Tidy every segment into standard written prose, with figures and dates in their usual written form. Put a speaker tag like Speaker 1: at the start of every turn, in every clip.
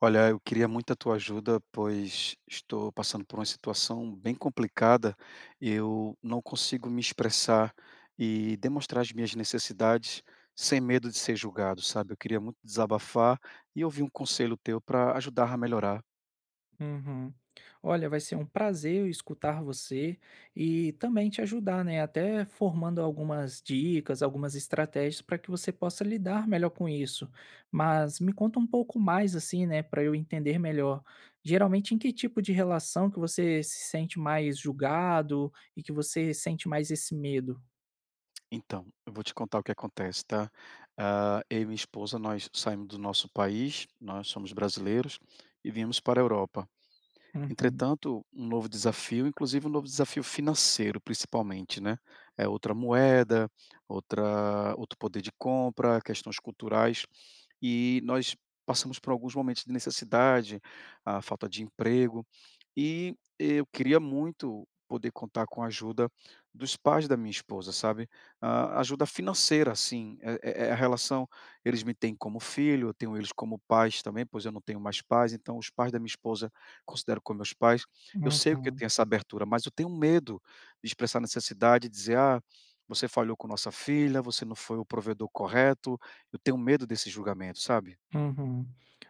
Speaker 1: Olha, eu queria muito a tua ajuda, pois estou passando por uma situação bem complicada. Eu não consigo me expressar e demonstrar as minhas necessidades sem medo de ser julgado, sabe? Eu queria muito desabafar e ouvir um conselho teu para ajudar a melhorar.
Speaker 2: Uhum. Olha, vai ser um prazer eu escutar você e também te ajudar, né? Até formando algumas dicas, algumas estratégias para que você possa lidar melhor com isso. Mas me conta um pouco mais, assim, né, para eu entender melhor. Geralmente, em que tipo de relação que você se sente mais julgado e que você sente mais esse medo?
Speaker 1: Então, eu vou te contar o que acontece, tá? Eu e minha esposa, nós saímos do nosso país, nós somos brasileiros e viemos para a Europa.
Speaker 2: Uhum,
Speaker 1: Entretanto, um novo desafio, inclusive um novo desafio financeiro principalmente, né. É outra moeda, outra outro poder de compra, questões culturais, e nós passamos por alguns momentos de necessidade, a falta de emprego, e eu queria muito poder contar com a ajuda dos pais da minha esposa, sabe? Ah, ajuda financeira, assim, é a relação, eles me têm como filho, eu tenho eles como pais também, pois eu não tenho mais pais, então os pais da minha esposa considero como meus pais. Eu sei que eu
Speaker 2: uhum.
Speaker 1: tenho essa abertura, mas eu tenho medo de expressar necessidade, dizer: "Ah, você falhou com nossa filha, você não foi o provedor correto, eu tenho medo desse julgamento, sabe."
Speaker 2: Uhum.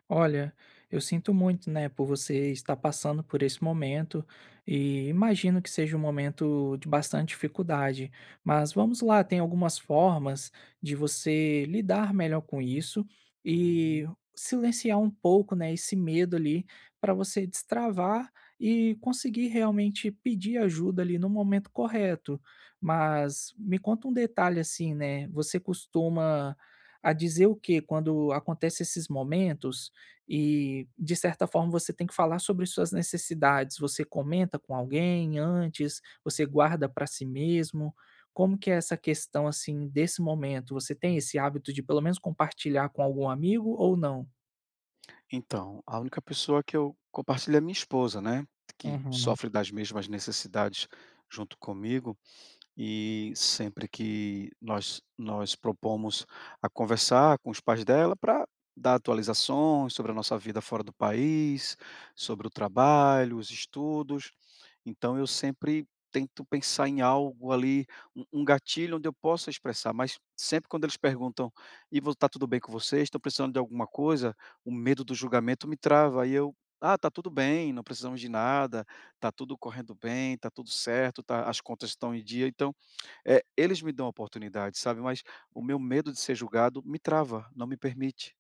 Speaker 2: Olha, eu sinto muito, né, por você estar passando por esse momento e imagino que seja um momento de bastante dificuldade, mas vamos lá, tem algumas formas de você lidar melhor com isso
Speaker 1: Hum.
Speaker 2: e silenciar um pouco, né, esse medo ali para você destravar e conseguir realmente pedir ajuda ali no momento correto. Mas me conta um detalhe assim, né? Você costuma a dizer o que Quando acontece esses momentos e, de certa forma, você tem que falar sobre suas necessidades. Você comenta com alguém antes? Você guarda para si mesmo? Como que é essa questão, assim, desse momento? Você tem esse hábito de pelo menos compartilhar com algum amigo ou não?
Speaker 1: Então, a única pessoa que eu compartilho é minha esposa, né, que
Speaker 2: Uhum.
Speaker 1: sofre das mesmas necessidades junto comigo. E sempre que nós propomos a conversar com os pais dela para dar atualizações sobre a nossa vida fora do país, sobre o trabalho, os estudos. Então eu sempre tento pensar em algo ali, um gatilho onde eu possa expressar, mas sempre quando eles perguntam: "E vo tá tudo bem com vocês? Estão precisando de alguma coisa?", o medo do julgamento me trava, aí eu: "Ah, tá tudo bem, não precisamos de nada, tá tudo correndo bem, tá tudo certo, tá, as contas estão em dia." Então é, eles me dão a oportunidade, sabe, mas o meu medo de ser julgado me trava, não me permite.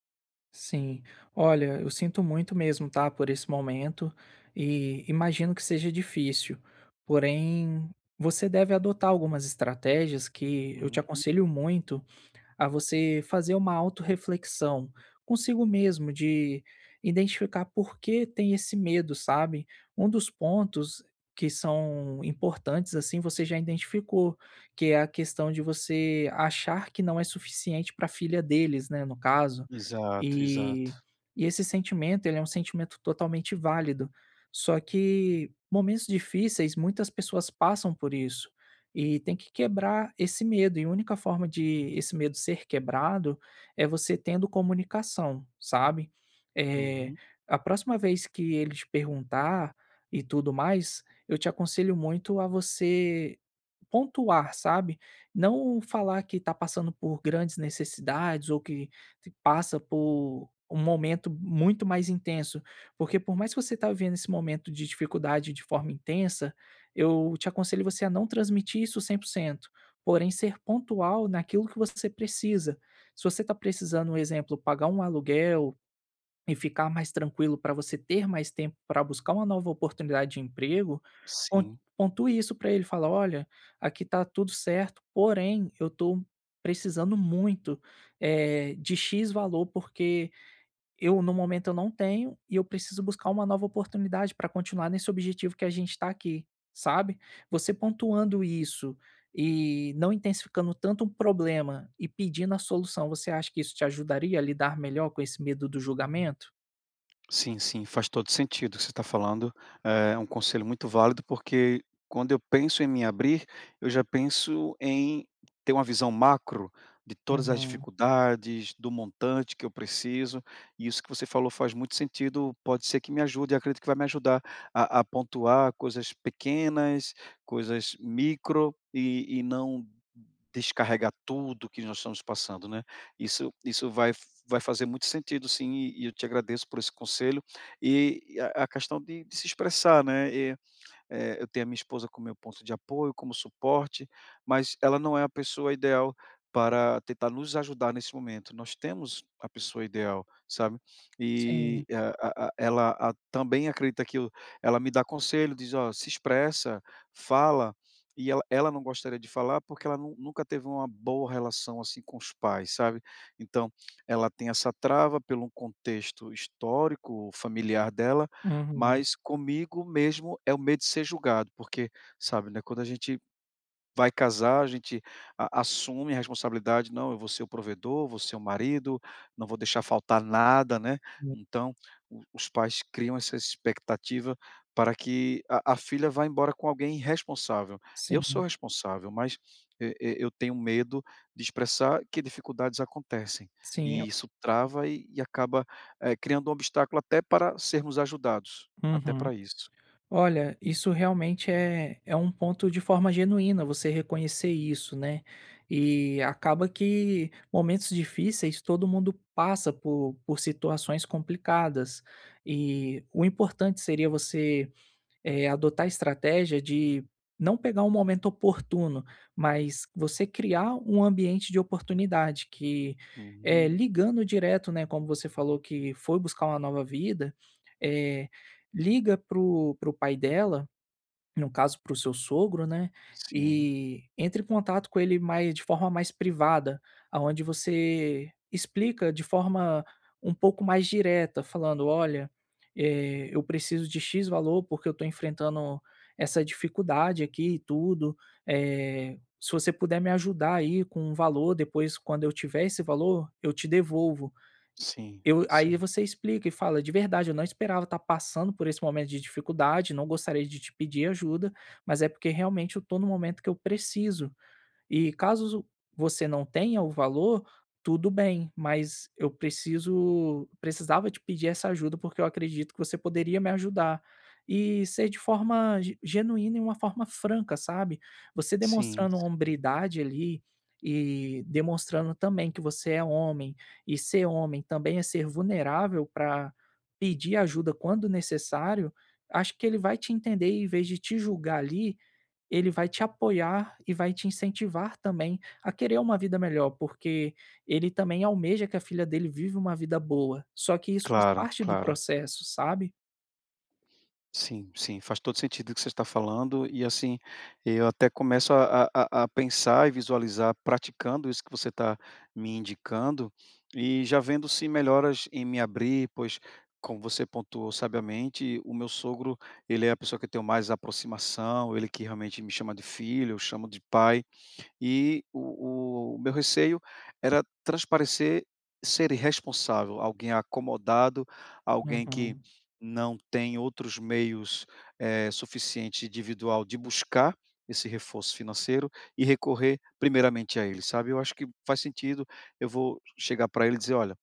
Speaker 2: Sim. Olha, eu sinto muito mesmo, tá, por esse momento e imagino que seja difícil. Porém, você deve adotar algumas estratégias que eu te
Speaker 1: Uhum.
Speaker 2: aconselho muito a você fazer uma autorreflexão consigo mesmo, de identificar por que tem esse medo, sabe. Um dos pontos que são importantes, assim, você já identificou, que é a questão de você achar que não é suficiente para a filha deles, né, no caso,
Speaker 1: Exato, exato.
Speaker 2: e e esse sentimento, ele é um sentimento totalmente válido, só que momentos difíceis, muitas pessoas passam por isso, e tem que quebrar esse medo, e a única forma de esse medo ser quebrado é você tendo comunicação, sabe. Eh,
Speaker 1: Uhum.
Speaker 2: a próxima vez que ele te perguntar e tudo mais, eu te aconselho muito a você pontuar, sabe. Não falar que está passando por grandes necessidades ou que se passa por um momento muito mais intenso, porque por mais que você tá vivendo esse momento de dificuldade de forma intensa, eu te aconselho você a não transmitir isso 100%, porém ser pontual naquilo que você precisa. Se você está precisando, um exemplo, pagar um aluguel, e ficar mais tranquilo para você ter mais tempo para buscar uma nova oportunidade de emprego, pon
Speaker 1: Sim.
Speaker 2: pontue isso para ele, fala: "Olha, aqui tá tudo certo, porém eu estou precisando muito, de X valor, porque eu no momento eu não tenho e eu preciso buscar uma nova oportunidade para continuar nesse objetivo que a gente está aqui", sabe. Você pontuando isso e não intensificando tanto um problema e pedindo a solução, você acha que isso te ajudaria a lidar melhor com esse medo do julgamento?
Speaker 1: Sim, sim, faz todo sentido o que você está falando. É um conselho muito válido, porque quando eu penso em me abrir, eu já penso em ter uma visão macro de todas as
Speaker 2: Uhum.
Speaker 1: dificuldades, do montante que eu preciso. E isso que você falou faz muito sentido. Pode ser que me ajude, e acredito que vai me ajudar a pontuar coisas pequenas, coisas micro e não descarregar tudo que nós estamos passando, né? Isso vai fazer muito sentido sim, e eu te agradeço por esse conselho. E a questão de se expressar, né, eu tenho a minha esposa como meu ponto de apoio, como suporte, mas ela não é a pessoa ideal para tentar nos ajudar nesse momento. Nós temos a pessoa ideal, sabe? E
Speaker 2: Sim.
Speaker 1: a ela a também acredita que eu, ela me dá conselho, diz: "Ó, se expressa, fala", e ela não gostaria de falar, porque ela nu nunca teve uma boa relação, assim, com os pais, sabe? Então, ela tem essa trava pelo contexto histórico familiar dela,
Speaker 2: Uhum.
Speaker 1: mas comigo mesmo é o medo de ser julgado, porque, sabe, né, quando a gente vai casar, a gente a assume a responsabilidade: "Não, eu vou ser o provedor, vou ser o marido, não vou deixar faltar nada", né.
Speaker 2: Hum,
Speaker 1: Então, o os pais criam essa expectativa para que a filha vá embora com alguém responsável. Eu sou
Speaker 2: Sim,
Speaker 1: responsável, mas e eu tenho medo de expressar que dificuldades acontecem,
Speaker 2: sim.
Speaker 1: e isso trava e acaba, criando um obstáculo até para sermos ajudados, até
Speaker 2: Uhum.
Speaker 1: para isso.
Speaker 2: Olha, isso realmente é um ponto de forma genuína, você reconhecer isso, né. E acaba que momentos difíceis todo mundo passa por situações complicadas, e o importante seria você adotar a estratégia de não pegar um momento oportuno, mas você criar um ambiente de oportunidade que,
Speaker 1: Uhum.
Speaker 2: ligando direto, né, como você falou que foi buscar uma nova vida, eh, liga pro pai dela, no caso, para o seu sogro, né,
Speaker 1: Sim,
Speaker 2: e entre em contato com ele mais de forma mais privada, aonde você explica de forma um pouco mais direta, falando: "Olha, eu preciso de X valor, porque eu estou enfrentando essa dificuldade aqui e tudo, se você puder me ajudar aí com um valor, depois quando eu tiver esse valor, eu te devolvo".
Speaker 1: sim,
Speaker 2: Eu, aí
Speaker 1: sim,
Speaker 2: você explica e fala: "De verdade, eu não esperava estar passando por esse momento de dificuldade, não gostaria de te pedir ajuda, mas é porque realmente eu estou no momento que eu preciso. E caso você não tenha o valor, tudo bem, mas eu preciso precisava te pedir essa ajuda, porque eu acredito que você poderia me ajudar. E ser de forma ge genuína e uma forma franca, sabe. Você
Speaker 1: sim.
Speaker 2: demonstrando hombridade ali, e demonstrando também que você é homem, e ser homem também é ser vulnerável para pedir ajuda quando necessário, acho que ele vai te entender, e, em vez de te julgar ali, ele vai te apoiar e vai te incentivar também a querer uma vida melhor, porque ele também almeja que a filha dele vive uma vida boa, só que isso faz
Speaker 1: Claro,
Speaker 2: parte do
Speaker 1: claro.
Speaker 2: processo, sabe?
Speaker 1: Sim, sim, faz todo sentido o que você está falando e, assim, eu até começo a pensar e visualizar praticando isso que você está me indicando e já vendo se melhoras em me abrir, pois, como você pontuou sabiamente, o meu sogro, ele é a pessoa que eu tenho mais aproximação, ele que realmente me chama de filho, eu chamo de pai, e o meu receio era transparecer ser irresponsável, alguém acomodado, alguém que
Speaker 2: Uhum.
Speaker 1: não tem outros meios, suficiente individual de buscar esse reforço financeiro e recorrer primeiramente a ele, sabe. Eu acho que faz sentido, eu vou chegar para ele e dizer: "Olha,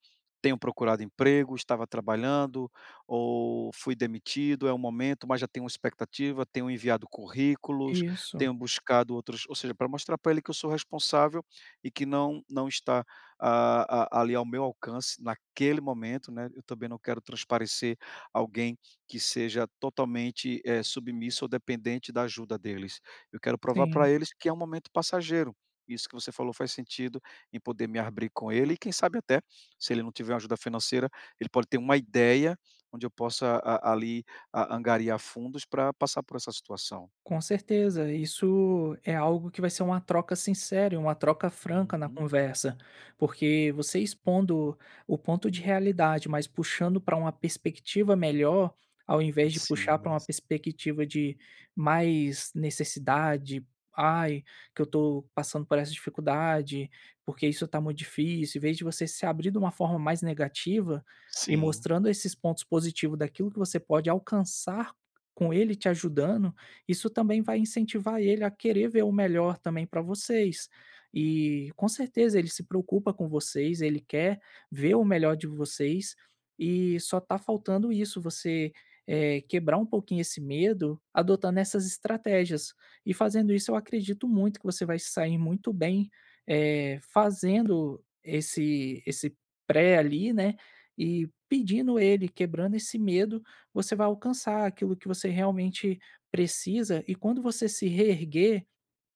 Speaker 1: tenho procurado emprego, estava trabalhando ou fui demitido, é o momento, mas já tenho uma expectativa, tenho enviado currículos,
Speaker 2: Isso,
Speaker 1: tenho buscado outros", ou seja, para mostrar para ele que eu sou responsável e que não está, ali ao meu alcance naquele momento, né. Eu também não quero transparecer alguém que seja totalmente, submisso ou dependente da ajuda deles. Eu quero provar para
Speaker 2: sim.
Speaker 1: eles que é um momento passageiro. Isso que você falou faz sentido, em poder me abrir com ele e quem sabe até, se ele não tiver uma ajuda financeira, ele pode ter uma ideia onde eu possa a ali a angariar fundos para passar por essa situação.
Speaker 2: Com certeza, isso é algo que vai ser uma troca sincera, e uma troca franca na
Speaker 1: Uhum.
Speaker 2: conversa, porque você expondo o ponto de realidade, mas puxando para uma perspectiva melhor, ao invés de puxar para
Speaker 1: Sim,
Speaker 2: uma perspectiva de mais necessidade, ai, que eu estou passando por essa dificuldade, porque isso está muito difícil, em vez de você se abrir de uma forma mais negativa e
Speaker 1: sim.
Speaker 2: mostrando esses pontos positivos daquilo que você pode alcançar com ele te ajudando, isso também vai incentivar ele a querer ver o melhor também para vocês. E com certeza ele se preocupa com vocês, ele quer ver o melhor de vocês e só está faltando isso, você quebrar um pouquinho esse medo adotando essas estratégias. E fazendo isso, eu acredito muito que você vai se sair muito bem fazendo esse pré ali, né? E pedindo ele, quebrando esse medo, você vai alcançar aquilo que você realmente precisa, e quando você se reerguer,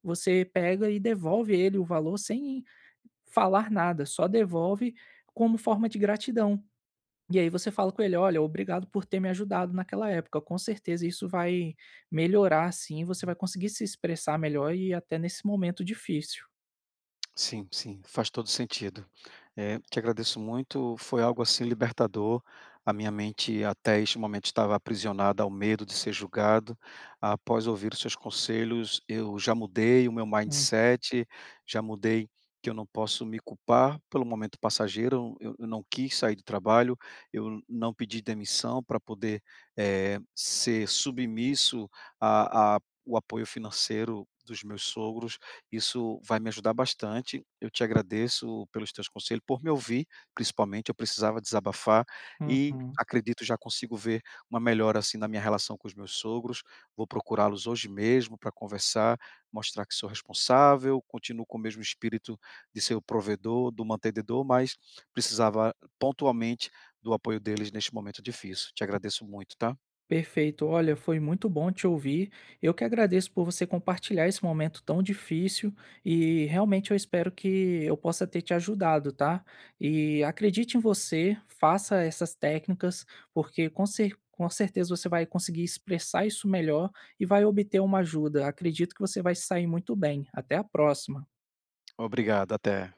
Speaker 2: você pega e devolve ele o valor sem falar nada, só devolve como forma de gratidão. E aí você fala com ele: "Olha, obrigado por ter me ajudado naquela época, com certeza isso vai melhorar sim, você vai conseguir se expressar melhor e até nesse momento difícil".
Speaker 1: Sim, sim, faz todo sentido. Te agradeço muito, foi algo assim libertador. A minha mente até este momento estava aprisionada ao medo de ser julgado. Após ouvir os seus conselhos, eu já mudei o meu
Speaker 2: Hum,
Speaker 1: mindset, já mudei, que eu não posso me culpar pelo momento passageiro. Eu não quis sair do trabalho, eu não pedi demissão para poder ser submisso a o apoio financeiro dos meus sogros, isso vai me ajudar bastante. Eu te agradeço pelos teus conselhos, por me ouvir, principalmente. Eu precisava desabafar e
Speaker 2: uhum.
Speaker 1: acredito já consigo ver uma melhora assim na minha relação com os meus sogros. Vou procurá-los hoje mesmo para conversar, mostrar que sou responsável, continuo com o mesmo espírito de ser o provedor, do mantenedor, mas precisava pontualmente do apoio deles neste momento difícil. Te agradeço muito, tá?
Speaker 2: Perfeito. Olha, foi muito bom te ouvir. Eu que agradeço por você compartilhar esse momento tão difícil e realmente eu espero que eu possa ter te ajudado, tá? E acredite em você, faça essas técnicas, porque com certeza você vai conseguir expressar isso melhor e vai obter uma ajuda. Acredito que você vai sair muito bem. Até a próxima.
Speaker 1: Obrigado, até.